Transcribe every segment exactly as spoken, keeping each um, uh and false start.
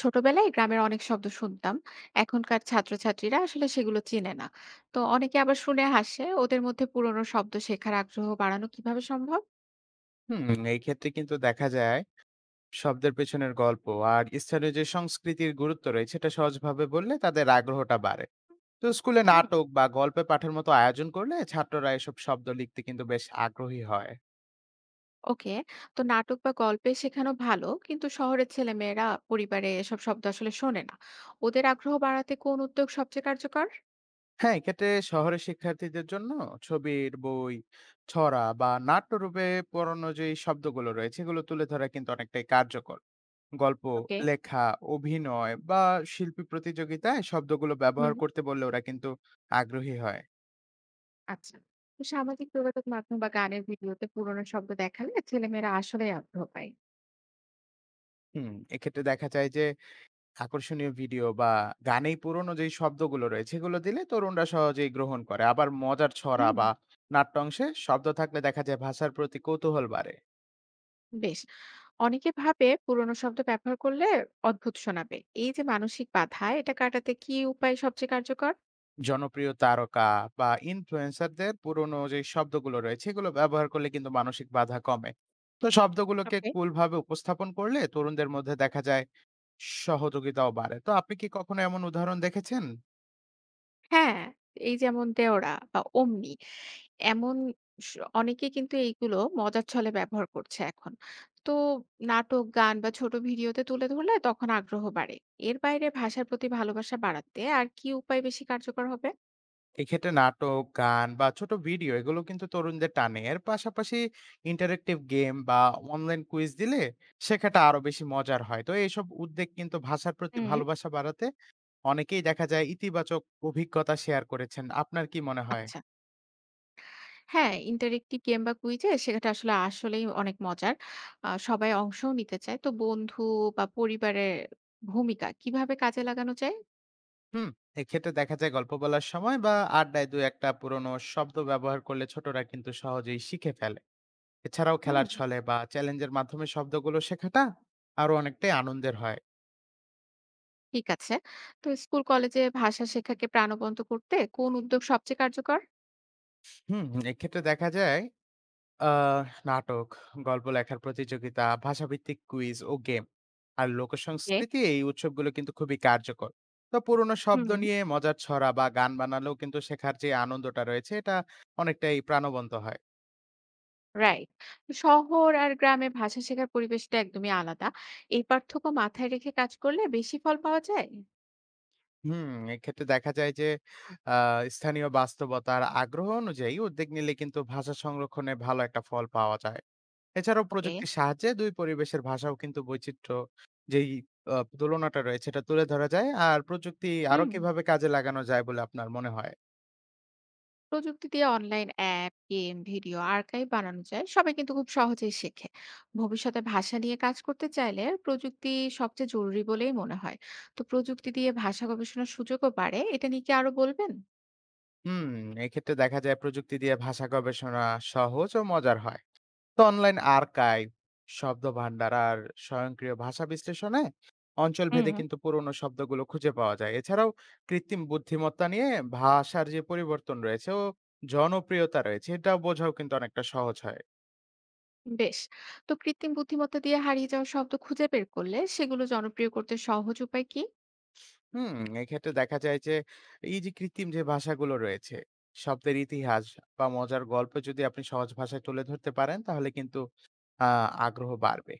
ছোটবেলায় গ্রামের অনেক শব্দ শুনতাম। এখনকার ছাত্রছাত্রীরা আসলে সেগুলো চেনে না। তো অনেকে আবার শুনে হাসে, ওদের মধ্যে পুরনো শব্দ শেখার আগ্রহ বাড়ানো কিভাবে সম্ভব? হুম। এই ক্ষেত্রে কিন্তু দেখা যায় শব্দের পেছনের গল্প আর স্থানীয় যে সংস্কৃতির গুরুত্ব রয়েছে সেটা সহজভাবে বললে তাদের আগ্রহটা বাড়ে। তো স্কুলে হুম। নাটক বা গল্পে পাঠের মতো আয়োজন করলে ছাত্ররা এসব শব্দ লিখতে কিন্তু বেশ আগ্রহী হয়। ওকে। তো নাটক বা গল্পে শেখানো ভালো, কিন্তু শহরের ছেলেমেয়েরা পরিবারে এসব শব্দ আসলে শোনে না। ওদের আগ্রহ বাড়াতে কোন উদ্যোগ সবচেয়ে কার্যকর? হ্যাঁ, এক্ষেত্রে শহরের শিক্ষার্থীদের জন্য ছবির বই, ছড়া বা নাট্যরূপে পড়ানো যে শব্দগুলো রয়েছে এগুলো তুলে ধরা কিন্তু অনেকটাই কার্যকর। গল্প ওকে। লেখা, অভিনয় বা শিল্পী প্রতিযোগিতায় শব্দগুলো ব্যবহার হুম। করতে বললে ওরা কিন্তু আগ্রহী হয়। আচ্ছা। তো সামাজিক যোগাযোগ মাধ্যম বা গানের ভিডিওতে পুরনো শব্দ দেখালে ছেলেমেয়েরা আসলে আগ্রহ পায়? হুম, এক্ষেত্রে দেখা যায় যে আকর্ষণীয় ভিডিও বা গানেই পুরনো যেই শব্দগুলো রয়েছে এগুলো দিলে তরুণরা সহজেই গ্রহণ করে। আবার মজার ছড়া হুম। বা নাট্যাংশে শব্দ থাকলে দেখা যায় ভাষার প্রতি কৌতূহল বাড়ে। বেশ। অনেকে ভাবে পুরোনো শব্দ ব্যবহার করলে অদ্ভুত শোনাবে। এই যে মানসিক বাধা, এটা কাটাতে কি উপায় সবচেয়ে কার্যকর? জনপ্রিয় তারকা বা ইনফ্লুয়েন্সারদের পুরনো যে শব্দগুলো রয়েছে এগুলো ব্যবহার করলে কিন্তু মানসিক বাধা কমে। তো শব্দগুলোকে ওকে। কুল ভাবে উপস্থাপন করলে তরুণদের মধ্যে দেখা যায় সহযোগিতাও বাড়ে। তো আপনি কি কখনো এমন উদাহরণ দেখেছেন? হ্যাঁ, এই যেমন দেওড়া বা অমনি এমন স অনেকে কিন্তু এইগুলো মজার ছলে ব্যবহার করছে এখন। তো নাটক, গান বা ছোট ভিডিওতে তুলে ধরলে তখন আগ্রহ বাড়ে। এর বাইরে ভাষার প্রতি ভালোবাসা বাড়াতে আর কি উপায় বেশি কার্যকর হবে? এক্ষেত্রে নাটক, গান বা ছোট ভিডিও এগুলো কিন্তু তরুণদের টানে। এর পাশাপাশি ইন্টারেক্টিভ গেম বা অনলাইন কুইজ দিলে শেখাটা আরো বেশি মজার হয়। তো এইসব উদ্যোগ কিন্তু ভাষার প্রতি হুম। ভালোবাসা বাড়াতে অনেকেই দেখা যায় ইতিবাচক অভিজ্ঞতা শেয়ার করেছেন। আপনার কি মনে হয়? আচ্ছা। হ্যাঁ, ইন্টারেক্টিভ গেম বা কুইজে সেটা আসলে আসলেই অনেক মজার। আ সবাই অংশও নিতে চায়। তো বন্ধু বা পরিবারের ভূমিকা কিভাবে কাজে লাগানো যায়? হুম, এক্ষেত্রে দেখা যায় গল্প বলার সময় বা আড্ডায় দুই এক টা পুরনো শব্দ ব্যবহার করলে ছোটরা কিন্তু সহজেই শিখে ফেলে। এছাড়াও হুম, খেলার ছলে বা চ্যালেঞ্জের মাধ্যমে শব্দগুলো শেখাটা আরো অনেকটাই আনন্দের হয়। ঠিক আছে। তো স্কুল, কলেজে ভাষা শেখাকে প্রাণবন্ত করতে কোন উদ্যোগ সবচেয়ে কার্যকর? হুম, এক্ষেত্রে দেখা যায় আ নাটক, গল্প লেখার প্রতিযোগিতা, ভাষাভিত্তিক কুইজ ও গেম। আর ওকে। লোকসংস্কৃতি এই উৎসবগুলো কিন্তু খুবই কার্যকর। তো পুরনো শব্দ হুম। নিয়ে মজার ছড়া বা গান বানালেও কিন্তু শেখার যে আনন্দটা রয়েছে এটা অনেকটাই প্রাণবন্ত হয়। রাইট। শহর আর গ্রামে ভাষা শেখার পরিবেশটা একদমই আলাদা। এই পার্থক্য মাথায় রেখে কাজ করলে বেশি ফল পাওয়া যায়? হুম, এক্ষেত্রে দেখা যায় যে আ স্থানীয় বাস্তবতার আগ্রহ অনুযায়ী উদ্যোগ নিলে কিন্তু ভাষা সংরক্ষণে ভালো একটা ফল পাওয়া যায়। এছাড়াও ওকে। প্রযুক্তির সাহায্যে দুই পরিবেশের ভাষাও কিন্তু বৈচিত্র্য যেই আ তুলনাটা রয়েছে এটা তুলে ধরা যায়। আর প্রযুক্তি আরো হুম। কিভাবে কাজে লাগানো যায় বলে আপনার মনে হয়? প্রযুক্তি দিয়ে online app, game, video, archive বানানো যায়। সবাই কিন্তু খুব সহজেই শেখে। ভবিষ্যতে ভাষা নিয়ে কাজ করতে চাইলে প্রযুক্তি সবচেয়ে জরুরি বলেই মনে হয়। তো প্রযুক্তি দিয়ে ভাষা গবেষণার সুযোগও বাড়ে। এটা নিয়ে কি আরো বলবেন? হুম, এক্ষেত্রে দেখা যায় প্রযুক্তি দিয়ে ভাষা গবেষণা সহজ ও মজার হয়। তো অনলাইন আর্কাইভ, শব্দভান্ডার আর স্বয়ংক্রিয় ভাষা বিশ্লেষণে হুম। অঞ্চলভেদে কিন্তু পুরোনো শব্দগুলো খুঁজে পাওয়া যায়। এছাড়াও কৃত্রিম বুদ্ধিমত্তা নিয়ে ভাষার যে পরিবর্তন রয়েছে ও জনপ্রিয়তা রয়েছে এটাও বোঝাও কিন্তু অনেকটা সহজ হয়। বেশ। তো কৃত্রিম বুদ্ধিমত্তা দিয়ে হারিয়ে যাওয়া শব্দ খুঁজে বের করলে সেগুলো জনপ্রিয় করতে সহজ উপায় কি? হুম, এক্ষেত্রে দেখা যায় যে এই যে কৃত্রিম যে ভাষাগুলো রয়েছে, শব্দের ইতিহাস বা মজার গল্প যদি আপনি সহজ ভাষায় তুলে ধরতে পারেন তাহলে কিন্তু আ আগ্রহ বাড়বে।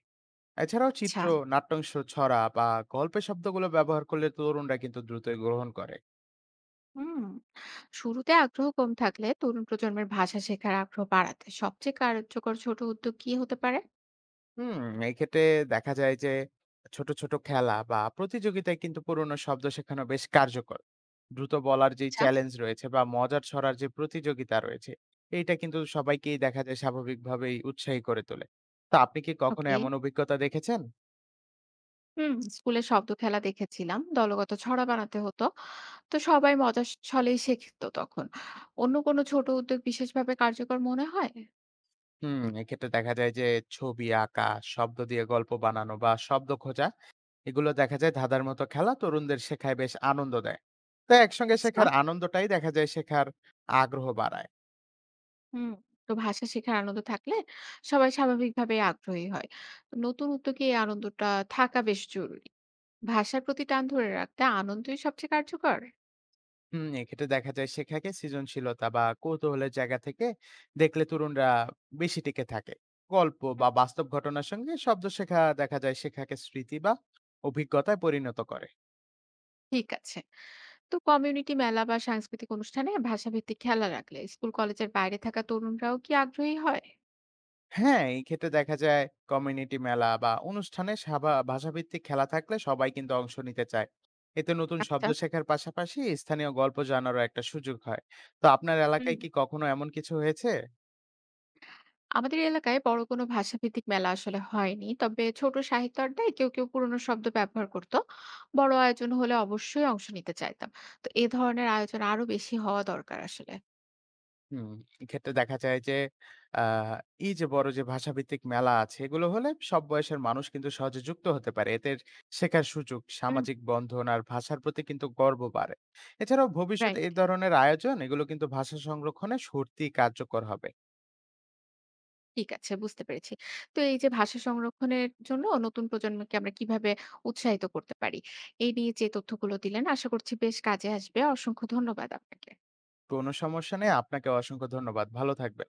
এছাড়াও চিত্র, আচ্ছা। নাট্যাংশ, ছড়া বা গল্পের শব্দগুলো ব্যবহার করলে তরুণরা কিন্তু দ্রুতই গ্রহণ করে। হুম। শুরুতে আগ্রহ কম থাকলে তরুণ প্রজন্মের ভাষা শেখার আগ্রহ বাড়াতে সবচেয়ে কার্যকর ছোট উদ্যোগ কি হতে পারে? হুম, এক্ষেত্রে দেখা যায় যে ছোট, ছোট খেলা বা প্রতিযোগিতায় কিন্তু পুরনো শব্দ শেখানো বেশ কার্যকর। দ্রুত বলার যে আচ্ছা, চ্যালেঞ্জ রয়েছে বা মজার ছড়ার যে প্রতিযোগিতা রয়েছে, এইটা কিন্তু সবাইকেই দেখা যায় স্বাভাবিকভাবেই উৎসাহী করে তোলে। তো আপনি কি কখনো ওকে। এমন অভিজ্ঞতা দেখেছেন? হুম, স্কুলে শব্দ খেলা দেখেছিলাম, দলগত ছড়া বানাতে হতো। তো সবাই মজার ছলেই শেখতো তখন। অন্য কোনো ছোট উদ্যোগ বিশেষভাবে কার্যকর মনে হয়? হুম, এক্ষেত্রে দেখা যায় যে ছবি আঁকা, শব্দ দিয়ে গল্প বানানো বা শব্দ খোঁজা, এগুলো দেখা যায় ধাঁধার মতো খেলা তরুণদের শেখায় বেশ আনন্দ দেয়। তো একসঙ্গে আচ্ছা। শেখার আনন্দটাই দেখা যায় শেখার আগ্রহ বাড়ায়। হুম। তো ভাষা শেখার আনন্দ থাকলে সবাই স্বাভাবিকভাবে আগ্রহী হয়। তো নতুন উদ্যোগে এই আনন্দটা থাকা বেশ জরুরি। ভাষার প্রতি টান ধরে রাখতে আনন্দই সবচেয়ে কার্যকর। হুম, এক্ষেত্রে দেখা যায় শেখাকে সৃজনশীলতা বা কৌতূহলের জায়গা থেকে দেখলে তরুণরা বেশি টিকে থাকে। গল্প হুম, বা বাস্তব ঘটনার সঙ্গে শব্দ শেখা দেখা যায় শেখাকে স্মৃতি বা অভিজ্ঞতায় পরিণত করে। ঠিক আছে। তো কমিউনিটি মেলা বা সাংস্কৃতিক অনুষ্ঠানে ভাষাভিত্তিক খেলা রাখলে স্কুল কলেজের বাইরে থাকা তরুণরাও কি আগ্রহী হয়? হ্যাঁ, এই ক্ষেত্রে দেখা যায় কমিউনিটি মেলা বা অনুষ্ঠানে সাভা- ভাষাভিত্তিক খেলা থাকলে সবাই কিন্তু অংশ নিতে চায়। এতে নতুন শব্দ আচ্ছা। শেখার পাশাপাশি স্থানীয় গল্প জানারও একটা সুযোগ হয়। তো আপনার হুম, এলাকায় কি কখনো এমন কিছু হয়েছে? আমাদের এলাকায় বড় কোনো ভাষাভিত্তিক মেলা আসলে হয়নি, তবে ছোট সাহিত্য আড্ডায় কেউ কেউ পুরনো শব্দ ব্যবহার করত। বড় আয়োজন হলে অবশ্যই অংশ নিতে চাইতাম। তো এ ধরনের আয়োজন আরো বেশি হওয়া দরকার আসলে। হুম, এক্ষেত্রে দেখা যায় যে আ এই যে বড় যে ভাষাভিত্তিক মেলা আছে এগুলো হলে সব বয়সের মানুষ কিন্তু সহজে যুক্ত হতে পারে। এদের শেখার সুযোগ, হুম। সামাজিক বন্ধন আর ভাষার প্রতি কিন্তু গর্ব বাড়ে। এছাড়াও ভবিষ্যতে রাইট। এই ধরনের আয়োজন এগুলো কিন্তু ভাষা সংরক্ষণে সত্যিই কার্যকর হবে। ঠিক আছে, বুঝতে পেরেছি। তো এই যে ভাষা সংরক্ষণের জন্য নতুন প্রজন্মকে আমরা কিভাবে উৎসাহিত করতে পারি, এই নিয়ে যে তথ্যগুলো দিলেন আশা করছি বেশ কাজে আসবে। অসংখ্য ধন্যবাদ আপনাকে। কোনো সমস্যা নেই। আপনাকে অসংখ্য ধন্যবাদ। ভালো থাকবেন।